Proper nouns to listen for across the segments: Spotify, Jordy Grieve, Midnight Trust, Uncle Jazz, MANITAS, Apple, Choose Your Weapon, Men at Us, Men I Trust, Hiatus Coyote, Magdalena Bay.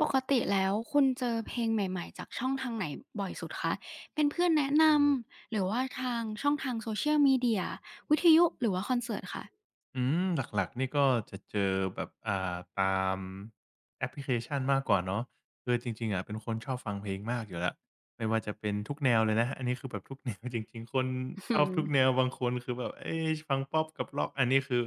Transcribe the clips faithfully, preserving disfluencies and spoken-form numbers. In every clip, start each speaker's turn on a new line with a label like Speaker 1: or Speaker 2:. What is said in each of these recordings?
Speaker 1: ปกติแล้วคุณเจอเพลงใหม่ๆจากช่องทางไหนบ่อยสุดคะเป็นเพื่อนแนะนำหรือว่าทางช่องทาง social media วิทยุหรือว่าคอนเสิร์ตคะ
Speaker 2: อืมหลักๆนี่ก็จะเจอแบบอ่าตามแอปพลิเคชันมากกว่าเนาะคือจริงๆอะเป็นคนชอบฟังเพลงมากอยู่แล้วไม่ว่าจะเป็นทุกแนวเลยนะอันนี้คือแบบทุกแนวจริงๆคน
Speaker 1: อื้อ
Speaker 2: ช
Speaker 1: ฮื
Speaker 2: อบ
Speaker 1: อ
Speaker 2: ทุกแนวบางคนคือแบบเอ๊ะฟังพอปกับร็อกอันนี้คือ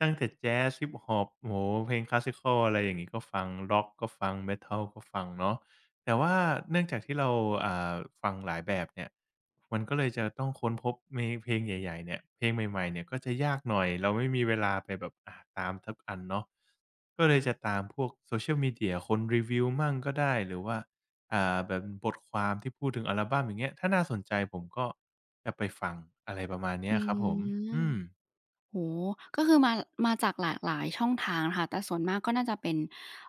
Speaker 2: ตั้งแต่แจ๊สฮิปฮอปโอ้โฮเพลง Classical อะไรอย่างงี้ก็ฟังร็อกก็ฟัง metal ก็ฟังเนาะ แต่ว่าเนื่องจากที่เราอ่าฟังหลายแบบเนี่ยมันก็เลยจะต้องค้นพบเมเพลงใหญ่ๆเนี่ยเพลงใหม่ๆเนี่ยก็จะยากหน่อยเราไม่มีเวลาไปแบบอ่าตามทุกอันเนาะก็เลยจะตามพวก Social Media คนรีวิวมั่งก็ได้หรือว่าอ่าแบบบทความที่พูดถึงอัลบัมอย่างเงี้ยถ้าน่าสนใจผมก็จะไปฟังอะไรประมาณเนี้ย
Speaker 1: อื
Speaker 2: ครับผม
Speaker 1: ม
Speaker 2: อืม
Speaker 1: โอ้โฮก็คือมามาจากหลากหลายช่องทางนะคะแต่ส่วนมากก็น่าจะเป็น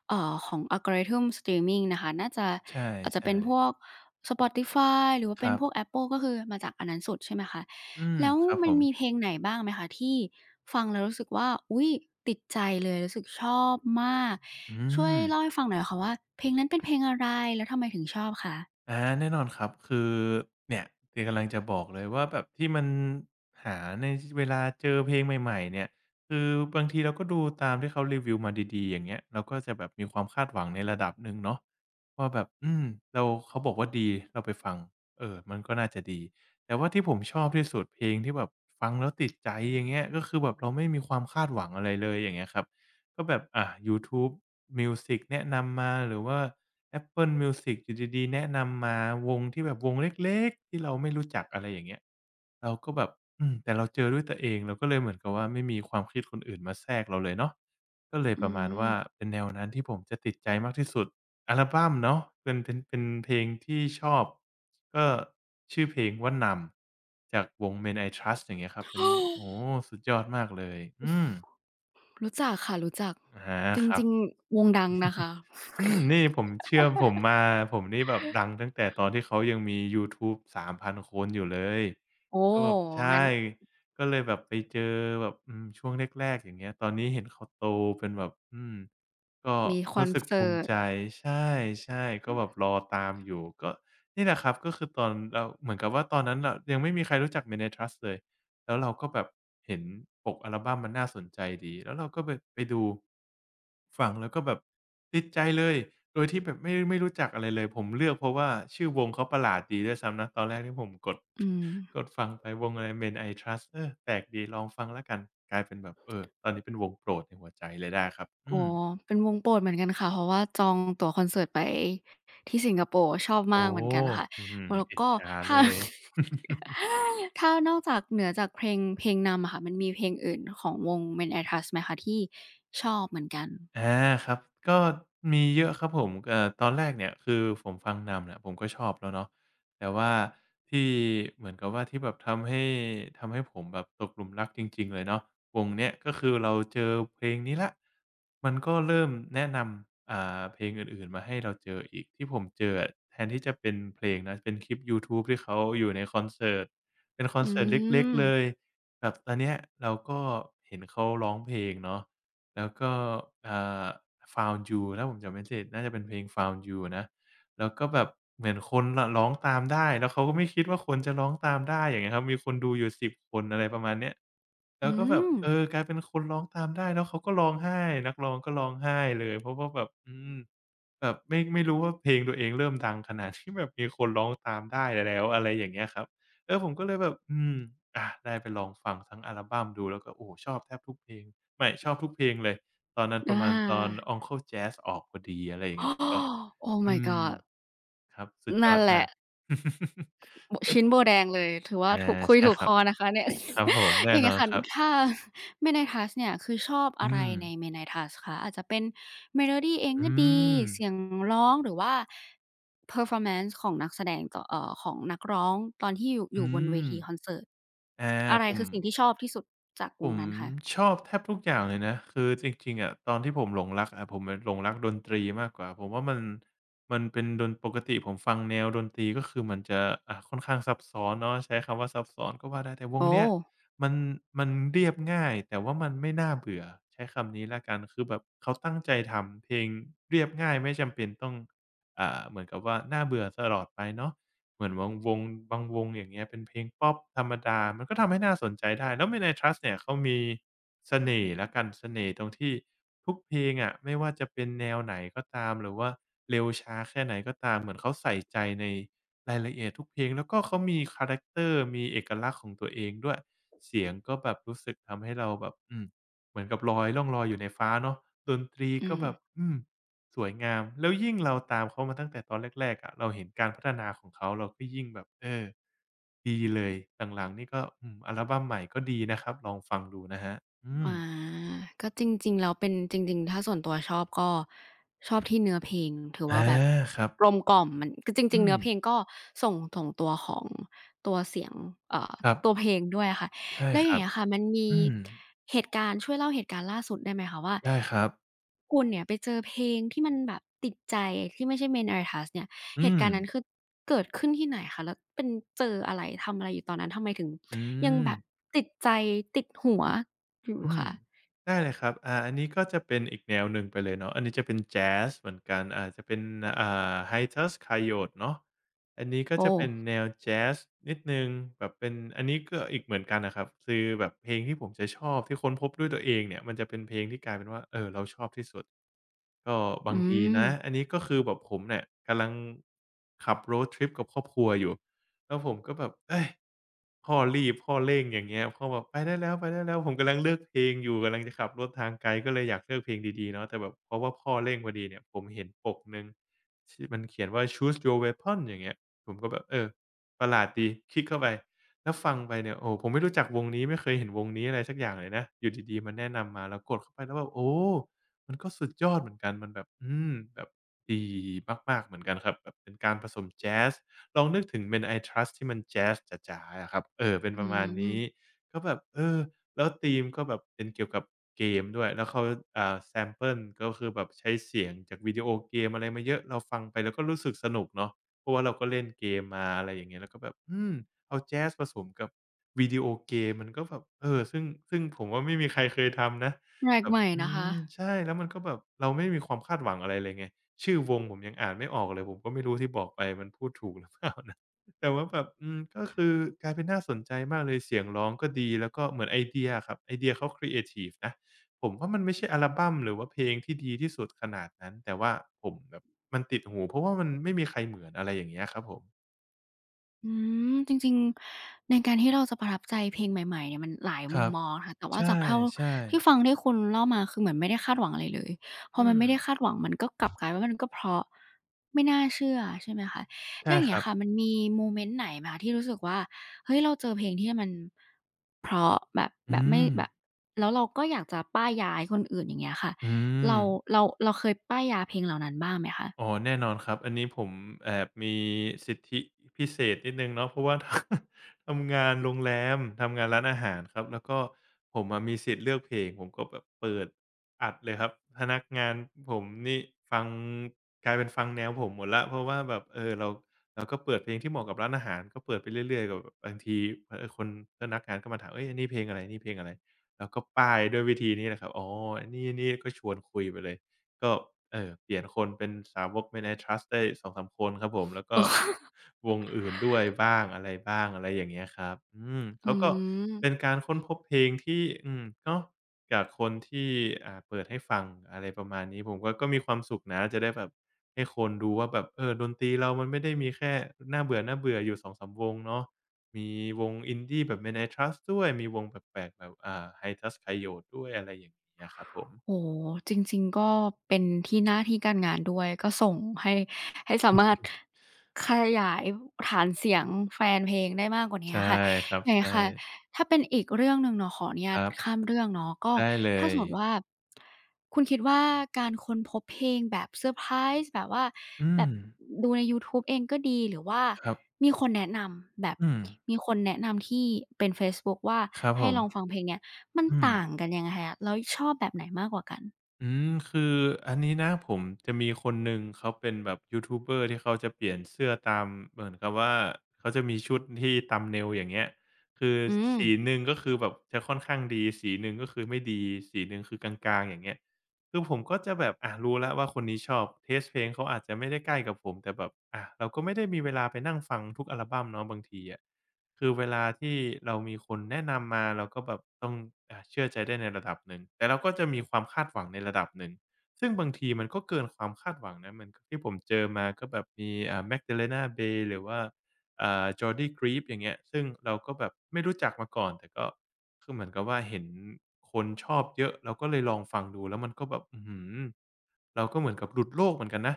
Speaker 1: เอ่อของ algorithm streaming นะคะน่าจะ
Speaker 2: ใช
Speaker 1: อาจจะเป็
Speaker 2: ่
Speaker 1: นพ
Speaker 2: ๆ
Speaker 1: วก Spotify หรือว่า
Speaker 2: ค
Speaker 1: เป็น
Speaker 2: รับ
Speaker 1: พวก Apple ก็คือมาจากอันนั้นสุดใช่ไหมคะ
Speaker 2: อืม
Speaker 1: แล้ว
Speaker 2: ครับ
Speaker 1: มั
Speaker 2: ผ
Speaker 1: น
Speaker 2: ม
Speaker 1: มีเพลงไหนบ้างไหมคะที่ฟังแล้วรู้สึกว่าอุ๊ยติดใจเลยรู้สึกชอบมาก
Speaker 2: อื
Speaker 1: ช่วย
Speaker 2: ม
Speaker 1: เล่าให้ฟังหน่อยค่ะว่าเพลงนั้นเป็นเพลงอะไรแล้วทำไมถึงชอบคะ
Speaker 2: อาแน่นอนครับคือเนี่ยที่กำลังจะบอกเลยว่าแบบที่มันหาในชเวลาเจอเพลงใหม่ๆเนี่ยคือบางทีเราก็ดูตามที่เขารีวิวมาดีๆอย่างเงี้ยเราก็จะแบบมีความคาดหวังในระดับหนึ่งเนาะว่าแบบอืมเราเขาบอกว่าดีเราไปฟังเออมันก็น่าจะดีแต่ว่าที่ผมชอบที่สุดเพลงที่แบบฟังแล้วติดใจอย่างเงี้ยก็คือแบบเราไม่มีความคาดหวังอะไรเลยอย่างเงี้ยครับก็แบบอ่ายูทูบมิวสิกแนะนำมาหรือว่า Apple Music อยู่ดีๆแนะนำมาวงที่แบบวงเล็กๆที่เราไม่รู้จักอะไรอย่างเงี้ยเราก็แบบอืมแต่เราเจอด้วยตัวเองเราก็เลยเหมือนกับว่าไม่มีความคิดคนอื่นมาแทรกเราเลยเนาะก็เลยป
Speaker 1: อื
Speaker 2: ระมาณ
Speaker 1: ม
Speaker 2: ว่าเป็นแนวนั้นที่ผมจะติดใจมากที่สุดอัลบัมเนาะเป็นเป็นเป็นเพลงที่ชอบก็ชื่อเพลงว่านำจากวง Men I Trust อย่างเงี้ยครับเป็นโอ้โฮสุดยอดมากเลยอืม
Speaker 1: รู้จักค่ะรู้จัก
Speaker 2: อาฮะ
Speaker 1: จ
Speaker 2: ครั
Speaker 1: ริ
Speaker 2: บ
Speaker 1: งๆวงดังนะคะ
Speaker 2: อืมนี่ผมเชื่อผมมาผมนี่แบบดังตั้งแต่ตอนที่เขายังมียูทูบสามพันคนอยู่เลย
Speaker 1: โอ้
Speaker 2: ก็แบบใช่
Speaker 1: งั้น
Speaker 2: ก็เลยแบบไปเจอแบบอืมช่วงแรกๆอย่างเงี้ยตอนนี้เห็นเขาโตเป็นแบบอืมก็
Speaker 1: มีคอ
Speaker 2: รู้
Speaker 1: น
Speaker 2: สึก
Speaker 1: เสิ
Speaker 2: ภูมิ
Speaker 1: ร์ต
Speaker 2: ใจใช่ๆก็แบบรอตามอยู่ก็นี่แหละครับก็คือตอนเราเหมือนกับว่าตอนนั้นน่ะยังไม่มีใครรู้จัก MenaTrust เลย แล้วเราก็แบบเห็นปกอัลบัมมันน่าสนใจดีแล้วเราก็แบบไปดูฟังแล้วก็แบบติดใจเลยโดยที่แบบไม่ไม่รู้จักอะไรเลยผมเลือกเพราะว่าชื่อวงเขาประหลาดดีด้วยซ้ำนะตอนแรกที่ผมกด
Speaker 1: อื
Speaker 2: ก
Speaker 1: ม
Speaker 2: ดฟังไปวงอะไร Men I Trust เออแปลกดีลองฟังแล้วกันกลายเป็นแบบเออตอนนี้เป็นวงโปรดในหัวใจเลยได้ครับ
Speaker 1: อ๋อ
Speaker 2: อืม
Speaker 1: เป็นวงโปรดเหมือนกันค่ะ เพราะว่าจองตั๋วคอนเสิร์ตไปที่สิงคโปร์ชอบ
Speaker 2: โอ้
Speaker 1: มากเหมือนกันค่ะ
Speaker 2: อื้อฮือ
Speaker 1: แล้ว
Speaker 2: อิจ
Speaker 1: ก็
Speaker 2: ฉาเล
Speaker 1: ถ้า
Speaker 2: ย
Speaker 1: ถ้านอกจากเหนือจากเพลงเพลงนำอะค่ะ มันมีเพลงอื่นของวง Men at Us ไหมคะที่ชอบเหมือนกัน
Speaker 2: อาครับก็มีเยอะครับผมเอ่อตอนแรกเนี่ยคือผมฟังนำเนี่ยผมก็ชอบแล้วเนาะแต่ว่าที่เหมือนกับว่าที่แบบทำให้ทำให้ผมแบบตกหลุมรักจริงๆเลยเนาะวงเนี้ยก็คือเราเจอเพลงนี้แล้วมันก็เริ่มแนะนำอ่าเพลงอื่นๆมาให้เราเจออีกที่ผมเจออะแทนที่จะเป็นเพลงนะเป็นคลิปยูทูบที่เขาอยู่ในคอนเสิร์ตเป็นคอน
Speaker 1: อื
Speaker 2: เสิร์ตเล็ก
Speaker 1: ม
Speaker 2: ๆเลยแบบตอนเนี้ยเราก็เห็นเขาร้องเพลงเนาะ แล้วก็อ่า Found You ถ้าผมจำไม่ผิดน่าจะเป็นเพลง Found You นะแล้วก็แบบเหมือนคนน่ะร้องตามได้แล้วเขาก็ไม่คิดว่าคนจะร้องตามได้อย่างเงี้ยครับ มีคนดูอยู่สิบคนอะไรประมาณเนี้ยแล้
Speaker 1: อื
Speaker 2: วก็แบบ
Speaker 1: ม
Speaker 2: เออกลายเป็นคนร้องตามได้ แล้วเขาก็ร้องไห้นักร้องก็ร้องไห้เลย เพราะว่าแบบอืมแบบไม่ไม่รู้ว่าเพลงตัวเองเริ่มดังขนาด ที่แบบมีคนร้องตามได้แล้วอะไรอย่างเงี้ยครับเออผมก็เลยแบบอืมอาได้ไปลองฟังทั้งอัลบัมดูแล้วก็โอ้โฮชอบแทบทุกเพลง ไม่ชอบทุกเพลงเลยตอนนั้น
Speaker 1: อ
Speaker 2: ประมาณตอน
Speaker 1: า
Speaker 2: Uncle Jazz ออกพอดีอะไรอ ย่าง
Speaker 1: โอ้
Speaker 2: เงี้ยผมก็
Speaker 1: Oh
Speaker 2: อื
Speaker 1: my
Speaker 2: ม
Speaker 1: god
Speaker 2: ครับสุดยอ
Speaker 1: นั่น
Speaker 2: ด
Speaker 1: แห
Speaker 2: มา
Speaker 1: ละ
Speaker 2: ก
Speaker 1: โบชิ้นโบแดงเลยถือว่า
Speaker 2: อา
Speaker 1: ถูกคุย
Speaker 2: ใช่
Speaker 1: ถูก
Speaker 2: ค
Speaker 1: ค
Speaker 2: รับ
Speaker 1: อนะคะเนี่ย
Speaker 2: ครับผม แน่
Speaker 1: อย่าง
Speaker 2: น
Speaker 1: เงี้
Speaker 2: อ
Speaker 1: ย
Speaker 2: น
Speaker 1: ค่ะ
Speaker 2: ครับ
Speaker 1: ถ้า MANITAS เนี่ยคือชอบ
Speaker 2: อื
Speaker 1: อะไร
Speaker 2: ม
Speaker 1: ใน MANITAS คะอาจจะเป็นเมโลดีเองก็
Speaker 2: อื
Speaker 1: ดี
Speaker 2: ม
Speaker 1: เสียงร้องหรือว่า performance ของนักแสดงต่อเอ่อของนักร้องตอนที่อยู่อยู่
Speaker 2: อื
Speaker 1: บนเว
Speaker 2: ม
Speaker 1: ทีคอนเสิร์ต
Speaker 2: อา
Speaker 1: อะไร
Speaker 2: ผม
Speaker 1: คือสิ่งที่ชอบที่สุดจากว
Speaker 2: ผ
Speaker 1: ง
Speaker 2: ม
Speaker 1: นั้นคะ
Speaker 2: ชอบแทบทุกอย่างเลยนะคือจริงๆอะตอนที่ผมหลงรักอะผมหลงรักดนตรีมากกว่าผมว่ามันมันเป็นดนปกติผมฟังแนวดนตรีก็คือมันจะอ่าค่อนข้างซับซ้อนเนาะใช้คำว่าซับซ้อนก็ว่าได้แต่วง
Speaker 1: โอ้
Speaker 2: เนี้ยมันมันเรียบง่ายแต่ว่ามันไม่น่าเบื่อใช้คำนี้แล้วกันคือแบบเขาตั้งใจทำเพลงเรียบง่ายไม่จำเป็นต้องอ่าเหมือนกับว่าน่าเบื่อตลอดไปเนาะ เหมือนวงวงบางวงอย่างเงี้ยเป็นเพลงป๊อปธรรมดา มันก็ทำให้น่าสนใจได้ แล้ว Midnight Trust เนี่ยเขามีเสน่ห์แล้วกันเสน่ห์ตรงที่ทุกเพลงอะไม่ว่าจะเป็นแนวไหนก็ตามหรือว่าเร็วช้าแค่ไหนก็ตามเหมือนเขาใส่ใจในรายละเอียดทุกเพลงแล้วก็เขามีคาแรกเตอร์มีเอกลักษณ์ของตัวเองด้วยเสียงก็แบบรู้สึกทำให้เราแบบอืมเหมือนกับลอยล่องลอยอยู่ในฟ้าเนาะดนตรี
Speaker 1: อื
Speaker 2: ก็
Speaker 1: ม
Speaker 2: แบบอืม สวยงามแล้วยิ่งเราตามเขามาตั้งแต่ตอนแรกๆอะเราเห็นการพัฒนาของเขาเราก็ยิ่งแบบเออดีเลยหลังๆนี่ก็อืมอัลบัมใหม่ก็ดีนะครับลองฟังดูนะครับอืม
Speaker 1: อาก็จริงๆแล้วเป็นจริงๆถ้าส่วนตัวชอบก็ชอบที่เนื้อเพลงถือ
Speaker 2: อา
Speaker 1: ว่าแบบ
Speaker 2: ครับ
Speaker 1: กลมกล่อมมันคือจริ
Speaker 2: อื
Speaker 1: งๆ
Speaker 2: ม
Speaker 1: เนื้อเพลงก็ส่งส่งตัวของตัวเสียงเอ่อ
Speaker 2: ครั
Speaker 1: ตัวเพ
Speaker 2: บ
Speaker 1: ลงด้วยอะค่ะ
Speaker 2: ใช่
Speaker 1: แล้ว
Speaker 2: ค
Speaker 1: อย่าง
Speaker 2: รับ
Speaker 1: เงี้ยค่ะมันมี
Speaker 2: อืม
Speaker 1: เหตุการณ์ช่วยเล่าเหตุการณ์ล่าสุดได้ไหมคะว่า
Speaker 2: ได้ครับ
Speaker 1: คุณเนี่ยไปเจอเพลงที่มันแบบติดใจที่ไม่ใช่ Main Artist เนี่ยเห
Speaker 2: อื
Speaker 1: ตุ
Speaker 2: ม
Speaker 1: การณ์นั้นคือเกิดขึ้นที่ไหนคะแล้วเป็นเจออะไรทำอะไรอยู่ตอนนั้นทำไมถึง
Speaker 2: อื
Speaker 1: ยัง
Speaker 2: ม
Speaker 1: แบบติดใจติดหัว อยู่
Speaker 2: อืม
Speaker 1: ค่ะ
Speaker 2: ได้เลยครับอ่าอันนี้ก็จะเป็นอีกแนวหนึ่งไปเลยเนาะอันนี้จะเป็นแจ๊สเหมือนกันอาจจะเป็นอ่า Hiatus Coyote เนาะอันนี้ก็
Speaker 1: โอ้
Speaker 2: จะเป็นแนวแจ๊สนิดหนึ่งแบบเป็นอันนี้ก็อีกเหมือนกันน่ะครับคือแบบเพลงที่ผมจะชอบที่ค้นพบด้วยตัวเองเนี่ยมันจะเป็นเพลงที่กลายเป็นว่าเออเราชอบที่สุด ก็บา
Speaker 1: อื
Speaker 2: งที
Speaker 1: ม
Speaker 2: นะอันนี้ก็คือแบบผมเนี่ยกำลังขับ road trip กับครอบครัวอยู่แล้วผมก็แบบเฮ้ยพ่อรีบพ่อเร่งอย่างเงี้ยพ่อบอกไปได้แล้วไปได้แล้วผมกำลังเลือกเพลงอยู่กำลังจะขับรถทางไกลก็เลยอยากเลือกเพลงดีๆเนาะแต่แบบเพราะว่าพ่อเร่งพอดีเนี่ยผมเห็นปกหนึ่งที่มันเขียนว่า "Choose Your Weapon" อย่างเงี้ยผมก็แบบเออประหลาดดีคลิกเข้าไปแล้วฟังไปเนี่ยโอ้โฮผมไม่รู้จักวงนี้ไม่เคยเห็นวงนี้อะไรสักอย่างเลยนะอยู่ดีๆมันแนะนำมาเรากดเข้าไปแล้วแบบโอ้ มันก็สุดยอดเหมือนกัน มันแบบ อืม แบบดีมากๆ เหมือนกันครับ แบบเป็นการผสมแจ๊สลองนึกถึง "Men I Trust" ที่มันแจ๊สจ๋าๆอะครับ เออ เป็น
Speaker 1: อื
Speaker 2: ประมาณนี้
Speaker 1: ม
Speaker 2: ก็แบบ เออ แล้วธีมก็แบบเป็นเกี่ยวกับเกมด้วย แล้วเขาอ่าแซมเพิลก็คือแบบใช้เสียงจากวิดีโอเกมอะไรมาเยอะ เราฟังไปเราก็รู้สึกสนุกเนาะเพราะว่าเราก็เล่นเกมมาอะไรอย่างเงี้ยแล้วก็แบบอืมเอาแจ๊สผสมกับวิดีโอเกมมันก็แบบเออซึ่งซึ่งผมว่าไม่มีใครเคยทำนะ
Speaker 1: แปลก
Speaker 2: แบบ
Speaker 1: ใหม่
Speaker 2: อื
Speaker 1: นะคะ
Speaker 2: มใช่แล้วมันก็แบบเราไม่มีความคาดหวังอะไรเลยไงชื่อวงผมยังอ่านไม่ออกเลยผมก็ไม่รู้ที่บอกไปมันพูดถูกหรือเปล่า นะแต่ว่าแบบอืมก็คือกลายเป็นน่าสนใจมากเลยเสียงร้องก็ดีแล้วก็เหมือนไอเดียอะครับไอเดียเขาครีเอทิฟนะผมว่ามันไม่ใช่อัลบัมหรือว่าเพลงที่ดีที่สุดขนาดนั้นแต่ว่าผมแบบมันติดหูเพราะว่ามันไม่มีใครเหมือนอะไรอย่างเงี้ยครับผม
Speaker 1: อืมจริงๆในการที่เราจะประทับใจเพลงใหม่ๆเนี่ยมันหลาย
Speaker 2: ค
Speaker 1: มุม
Speaker 2: รับ
Speaker 1: มองค่ะแต่
Speaker 2: ใ
Speaker 1: ว่าจากเท่า
Speaker 2: ช่
Speaker 1: ที่ฟัง
Speaker 2: ๆ
Speaker 1: ที่คุณเล่ามาคือเหมือนไม่ได้คาดหวังอะไรเลยพอ
Speaker 2: อื
Speaker 1: มัน
Speaker 2: ม
Speaker 1: ไม่ได้คาดหวังมันก็กลับกลายว่ามันก็เพราะไม่น่าเชื่อใช่ไหมคะแล้ว
Speaker 2: ใช่
Speaker 1: อย่าง
Speaker 2: ค
Speaker 1: เงี้
Speaker 2: รั
Speaker 1: ย
Speaker 2: บ
Speaker 1: ค่ะมันมีโมเมนต์ไหนไหมคะที่รู้สึกว่าเฮ้ยเราเจอเพลงที่มันเพราะแบบแบ
Speaker 2: อื
Speaker 1: บไม่
Speaker 2: ม
Speaker 1: แบบแล้วเราก็อยากจะป้ายยาให้คนอื่นอย่างเงี้ยค่ะ
Speaker 2: อื
Speaker 1: เรา
Speaker 2: ม
Speaker 1: เราเราเคยป้ายยาเพลงเหล่านั้นบ้างไหมคะ
Speaker 2: อ๋อแน่นอนครับอันนี้ผมแอบมีสิทธิพิเศษนิดหนึ่งเนาะเพราะว่า ทำงานโรงแรมทำงานร้านอาหารครับแล้วก็ผมอะมีสิทธิ์เลือกเพลงผมก็แบบเปิดอัดเลยครับพนักงานผมนี่ฟังกลายเป็นฟังแนวผมหมดแล้วเพราะว่าแบบเออเราเราก็เปิดเพลงที่เหมาะกับร้านอาหารก็เปิดไปเรื่อยๆกับบางทีเออคนพนักงานก็มาถามเฮ้ยอันนี่เพลงอะไรแเพลงอะไรแล้วก็ป้ายด้วยวิธีนี้แหละครับอ๋ออันนี้ก็ชวนคุยไปเลย ก็เอ่อเปลี่ยนคนเป็นสาวก Midnight Trust ได้สองถึงสามคนครับผมแล้ว
Speaker 1: โอ
Speaker 2: ก็ วงอื่นด้วยบ้างอะไรบ้างอะไรอย่างเงี้ยครับอืม
Speaker 1: อื
Speaker 2: เขาก็เป็น
Speaker 1: ม
Speaker 2: การค้นพบเพลงที่อืมเนาะจากคนที่อ่าเปิดให้ฟังอะไรประมาณนี้ผมว่าก็มีความสุขนะจะได้แบบให้คนดูว่าแบบเออดนตรีเรามันไม่ได้มีแค่น่าเบื่อๆอยู่สองถึงสามวงเนาะมีวง Indie แบบ Midnight Trust ด้วยมีวงแปลกๆแบบอ่า h i Tusk Coyote ด้วยอะไรอย่างเงี้ยครับผ
Speaker 1: โอ้
Speaker 2: ม
Speaker 1: โฮจริงๆก็เป็นที่หน้าที่การงานด้วยก็ส่งให้ให้สามารถขยายฐานเสียงแฟนเพลงได้มากกว่าเนี้ย
Speaker 2: ใช่
Speaker 1: ค่ะ
Speaker 2: ครับ
Speaker 1: ยังไง
Speaker 2: ใช่
Speaker 1: ค่ะ ถ้าเป็นอีกเรื่องหนึ่งเนาะขออนุ
Speaker 2: ค
Speaker 1: ญาต
Speaker 2: รับ
Speaker 1: ข้ามเรื่องเนาะก็
Speaker 2: ได้เล
Speaker 1: ถ้าส
Speaker 2: ย
Speaker 1: มมติว่าคุณคิดว่าการค้นพบเพลงแบบเซอร์ไพรส์แบบว่า
Speaker 2: อื
Speaker 1: แบ
Speaker 2: ม
Speaker 1: บดูในยูทูบเองก็ดีหรือว่า
Speaker 2: ครับ
Speaker 1: มีคนแนะนำแบบ
Speaker 2: อืม
Speaker 1: มีคนแนะนำที่เป็นเฟซบุ๊กว่า
Speaker 2: ครับผ
Speaker 1: ให้ลองฟัง
Speaker 2: ม
Speaker 1: เพลงเนี้ยมัน
Speaker 2: อืม
Speaker 1: ต่างกันยังไงคะแล้วชอบแบบไหนมากกว่ากัน
Speaker 2: อืมคืออันนี้นะผมจะมีคนหนึ่งเขาเป็นแบบยูทูบเบอร์ที่เขาจะเปลี่ยนเสื้อตามเหมือนกับว่าเขาจะมีชุดที่ thumbnail อย่างเงี้ยคือ
Speaker 1: อืม
Speaker 2: สีหนึ่งก็คือแบบจะค่อนข้างดีสีหนึ่งก็คือไม่ดีสีหนึ่งคือกลางๆอย่างเงี้ยคือผมก็จะแบบอะรู้แล้วว่าคนนี้ชอบเทสต์เพลงเขาอาจจะไม่ได้ใกล้กับผมแต่แบบอะเราก็ไม่ได้มีเวลาไปนั่งฟังทุกอัลบัมเนาะบางทีอะ คือเวลาที่เรามีคนแนะนำมาเราก็แบบต้องอ่าเชื่อใจได้ในระดับหนึ่งแต่เราก็จะมีความคาดหวังในระดับหนึ่งซึ่งบางทีมันก็เกินความคาดหวังนะเหมือนกับที่ผมเจอมาก็แบบมีอ่า Magdalena Bay หรือว่าอ่า Jordy Grieve อย่างเงี้ยซึ่งเราก็แบบไม่รู้จักมาก่อนแต่ก็คือเหมือนกับว่าเห็นคนชอบเยอะเราก็เลยลองฟังดูแล้วมันก็แบบอื้อฮือเราก็เหมือนกับหลุดโลกเหมือนกันนะ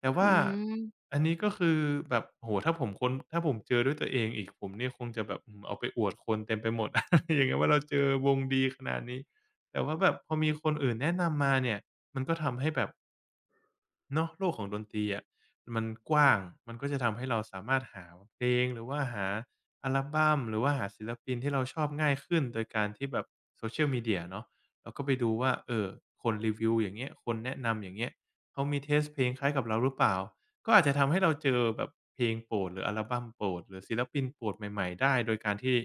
Speaker 2: แต่
Speaker 1: อื
Speaker 2: ว่า
Speaker 1: ม
Speaker 2: อันนี้ก็คือแบบโอ้โฮถ้าผมค้นถ้าผมเจอด้วยตัวเองอีกผมเนี่ยคงจะแบบอืมเอาไปอวดคนเต็มไปหมด อะไรอย่างเงี้ยว่าเราเจอวงดีขนาดนี้แต่ว่าแบบพอมีคนอื่นแนะนำมาเนี่ยมันก็ทำให้แบบ เนาะโลกของดนตรีอะมันกว้างมันก็จะทำให้เราสามารถหาเพลงหรือว่าหาอัลบัมหรือว่าหาศิลปินที่เราชอบง่ายขึ้นโดยการที่แบบ Social Media เนาะเราก็ไปดูว่าเอ่อคนรีวิวอย่างเงี้ยคนแนะนำอย่างเงี้ยเขามีเทสต์เพลงคล้ายกับเราหรือเปล่าก็อาจจะทำให้เราเจอแบบเพลงโปรดหรืออัลบัมโปรดหรือศิลปินโปรดใหม่ๆได้โดยการที่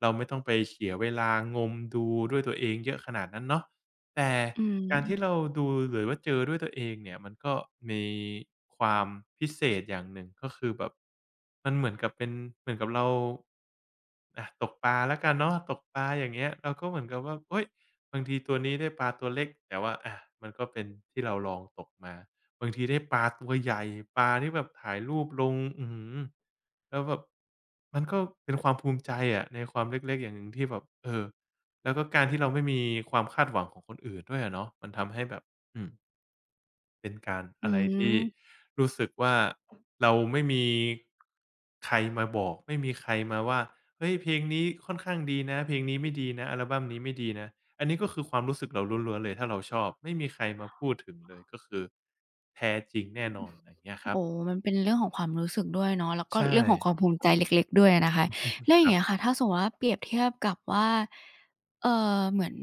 Speaker 2: เราไม่ต้องไปเสียเวลางมดูด้วยตัวเองเยอะขนาดนั้นเนาะแต่
Speaker 1: อืม
Speaker 2: การที่เราดูหรือว่าเจอด้วยตัวเองเนี่ยมันก็มีความพิเศษอย่างหนึ่งก็คือแบบมันเหมือนกับเป็นเหมือนกับเราอะตกปลาแล้วกันเนาะตกปลาอย่างเงี้ยเราก็เหมือนกับว่าเฮ้ยบางทีตัวนี้ได้ปลาตัวเล็กแต่ว่าอะมันก็เป็นที่เราลองตกมาบางทีได้ปลาตัวใหญ่ปลาที่แบบถ่ายรูปลงอื้อฮือแล้วแบบมันก็เป็นความภูมิใจอะในความเล็กๆอย่างหนึ่งที่แบบเออ แล้วก็การที่เราไม่มีความคาดหวังของคนอื่นด้วยอะเนาะมันทำให้แบบอืมเป็นการ
Speaker 1: อื
Speaker 2: อะไรที่
Speaker 1: ม
Speaker 2: รู้สึกว่าเราไม่มีใครมาบอกไม่มีใครมาว่าเฮ้ยเพลงนี้ค่อนข้างดีนะเพลงนี้ไม่ดีนะอัลบัมนี้ไม่ดีนะอันนี้ก็คือความรู้สึกเราล้วนๆเลยถ้าเราชอบไม่มีใครมาพูดถึงเลยก็คือแท้จริงแน่นอนอย่างเงี้ยครับ
Speaker 1: โอ้มันเป็นเรื่องของความรู้สึกด้วยเนาะแล้วก็
Speaker 2: ใช่
Speaker 1: เรื่องของความภูมิใจเล็กๆด้วยนะคะ
Speaker 2: อือ
Speaker 1: แล้วอ
Speaker 2: ค
Speaker 1: ย่าง
Speaker 2: รับ
Speaker 1: เงี้ยค่ะถ้าสมมุติว่าเปรียบเทียบกับว่าเอ่อเหมือน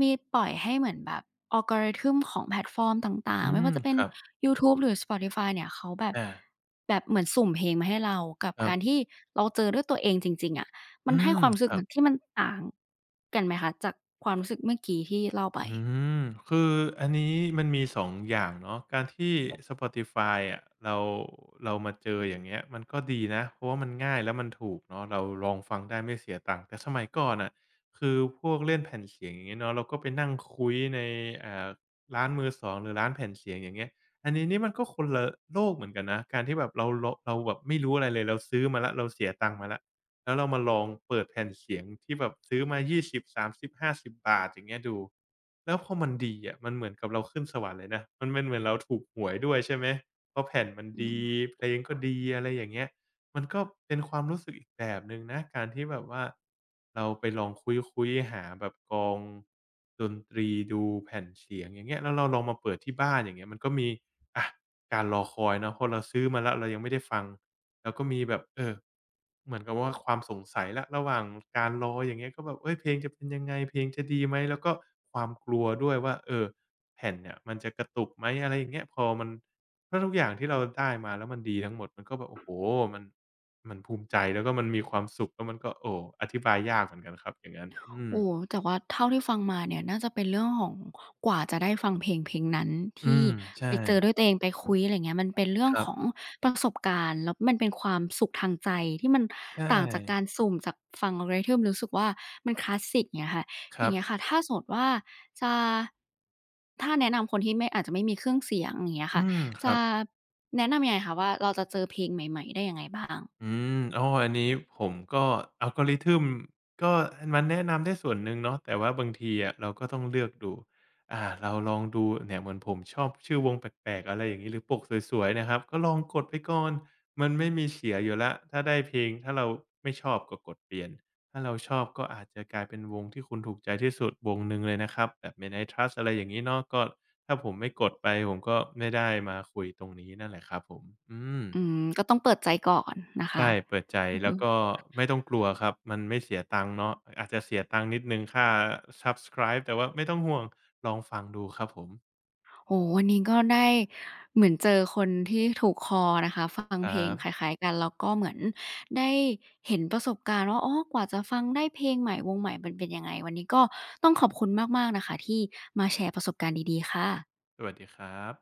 Speaker 1: มีปล่อยให้เหมือนแบบ algorithm ของแพลตฟอร์มต่าง
Speaker 2: อื
Speaker 1: ๆไม่ว่า
Speaker 2: ม
Speaker 1: จะเป็น
Speaker 2: ครับ
Speaker 1: ยูทูบหรือ Spotify เนี่ยเขาแบบ
Speaker 2: อา
Speaker 1: แบบเหมือนสุ่มเพลงมาให้เรากับ
Speaker 2: ครั
Speaker 1: การ
Speaker 2: บ
Speaker 1: ที่เราเจอด้วยตัวเองจริงๆอะมั
Speaker 2: อื
Speaker 1: นให้
Speaker 2: ม
Speaker 1: ความรู้
Speaker 2: ค
Speaker 1: สึก
Speaker 2: รั
Speaker 1: มั
Speaker 2: บ
Speaker 1: นที่มันต่างกันไหมคะจากความรู้สึกเมื่อกี้ที่เล่าไป
Speaker 2: อืมคืออันนี้มันมีสององอย่างเนาะการที่ครับ Spotify อะเราเรามาเจออย่างเงี้ยมันก็ดีนะเพราะว่ามันง่ายแล้วมันถูกเนาะเราลองฟังได้ไม่เสียตังค์แต่สมัยก่อนน่ะคือพวกเล่นแผ่นเสียงอย่างงี้เนาะเราก็ไปนั่งคุ้ยในอ่าร้านมือสองหรือร้านแผ่นเสียงอย่างเงี้ยอันนี้นี่มันก็คนละโลกเหมือนกันนะการที่แบบเราเราเราแบบไม่รู้อะไรเลยเราซื้อมาแล้วเราเสียตังค์มาแล้ว แล้วเรามาลองเปิดแผ่นเสียงที่แบบซื้อมายี่สิบสามสิบห้าสิบบาทอย่างเงี้ยดูแล้วพอมันดีอะมันเหมือนกับเราขึ้นสวรรค์เลยนะมันเป็นเหมือนเราถูกหวยด้วยใช่ไหมเพราะแผ่นมัน
Speaker 1: อื
Speaker 2: ดี
Speaker 1: ม
Speaker 2: เพลงก็ดีอะไรอย่างเงี้ยมันก็เป็นความรู้สึกอีกแบบหนึ่งนะการที่แบบว่าเราไปลองคุ้ยๆหาแบบกลองดนตรีดูแผ่นเสียงอย่างเงี้ยแล้วเราลองมาเปิดที่บ้านอย่างเงี้ยมันก็มีอะการรอคอยเนาะเพราะเราซื้อมาแล้วเรายังไม่ได้ฟัง แล้วก็มีแบบเออเหมือนกับว่าความสงสัยแล้วระหว่างการรออย่างเงี้ยก็แบบเฮ้ยเพลงจะเป็นยังไงเพลงจะดีไหมแล้วก็ความกลัวด้วยว่าเออแผ่นเนี่ยมันจะกระตุกไหมอะไรอย่างเงี้ยพอมันถ้าทุกอย่างที่เราได้มาแล้วมันดีทั้งหมดมันก็แบบโอ้โฮมันมันภูมิใจแล้วก็มันมีความสุขแล้วมันก็โอ้อธิบายยากเหมือนกันครับอย่างงั้นอืม
Speaker 1: โอ้โฮแต่ว่าเท่าที่ฟังมาเนี่ยน่าจะเป็นเรื่องของกว่าจะได้ฟังเพลงเพลงนั้น
Speaker 2: อื
Speaker 1: ที่
Speaker 2: มใช่
Speaker 1: ไปเจอด้วยตัวเองไปคุยอะไรเงี้ยมันเป็นเรื่อ
Speaker 2: ค
Speaker 1: ง
Speaker 2: รั
Speaker 1: ข
Speaker 2: บ
Speaker 1: องประสบการณ์แล้วมันเป็นความสุขทางใจที่มัน
Speaker 2: ใช่
Speaker 1: ต่างจากการสุ่มจากฟัง algorithm รู้สึกว่ามันคลาสสิกเงี้ยค่ะ
Speaker 2: ค
Speaker 1: อย่า
Speaker 2: รั
Speaker 1: ง
Speaker 2: บ
Speaker 1: เงี้ยค่ะถ้าสมมติว่าจะถ้าแนะนำคนที่ไม่อาจจะไม่มีเครื่องเสียงอย่างเงี้ย
Speaker 2: อื
Speaker 1: ค่ะ
Speaker 2: มค
Speaker 1: จะ
Speaker 2: รับ
Speaker 1: แนะนำยังไงคะว่าเราจะเจอเพลงใหม่ๆได้ยังไงบ้าง
Speaker 2: อืมอ๋ออันนี้ผมก็ algorithm ก็มันแนะนำได้ส่วนหนึ่งเนาะ แต่ว่าบางทีอะเราก็ต้องเลือกดู อ่าเราลองดูเนี่ยเหมือนผมชอบชื่อวงแปลกๆอะไรอย่างงี้หรือปกสวยๆนะครับ ก็ลองกดไปก่อน มันไม่มีเสียอยู่แล้วถ้าได้เพลงถ้าเราไม่ชอบก็กดเปลี่ยน ถ้าเราชอบก็อาจจะกลายเป็นวงที่คุณถูกใจที่สุดวงหนึ่งเลยนะครับแบบ Midnight Trust อะไรอย่างงี้เนาะก็ถ้าผมไม่กดไปผมก็ไม่ได้มาคุยตรงนี้นั่นแหละครับผมอืม
Speaker 1: อืมก็ต้องเปิดใจก่อนนะคะ
Speaker 2: ใช่ เปิดใจแล้
Speaker 1: ดู
Speaker 2: วก็ไม่ต้องกลัวครับ มันไม่เสียตังค์เนาะอาจจะเสียตังค์นิดหนึ่งค่า Subscribe แต่ว่าไม่ต้องห่วง ลองฟังดูครับผม
Speaker 1: โอ้โฮวันนี้ก็ได้เหมือนเจอคนที่ถูกคอนะคะฟัง
Speaker 2: ค
Speaker 1: เพ
Speaker 2: รั
Speaker 1: ลงค
Speaker 2: บ
Speaker 1: ล้ายๆกันแล้วก็เหมือนได้เห็นประสบการณ์ว่าอ๋อกว่าจะฟังได้เพลงใหม่วงใหม่มันเป็นยังไงวันนี้ก็ต้องขอบคุณมากๆนะคะที่มาแชร์ประสบการณ์ดีๆค่ะ
Speaker 2: สวัสดีครับ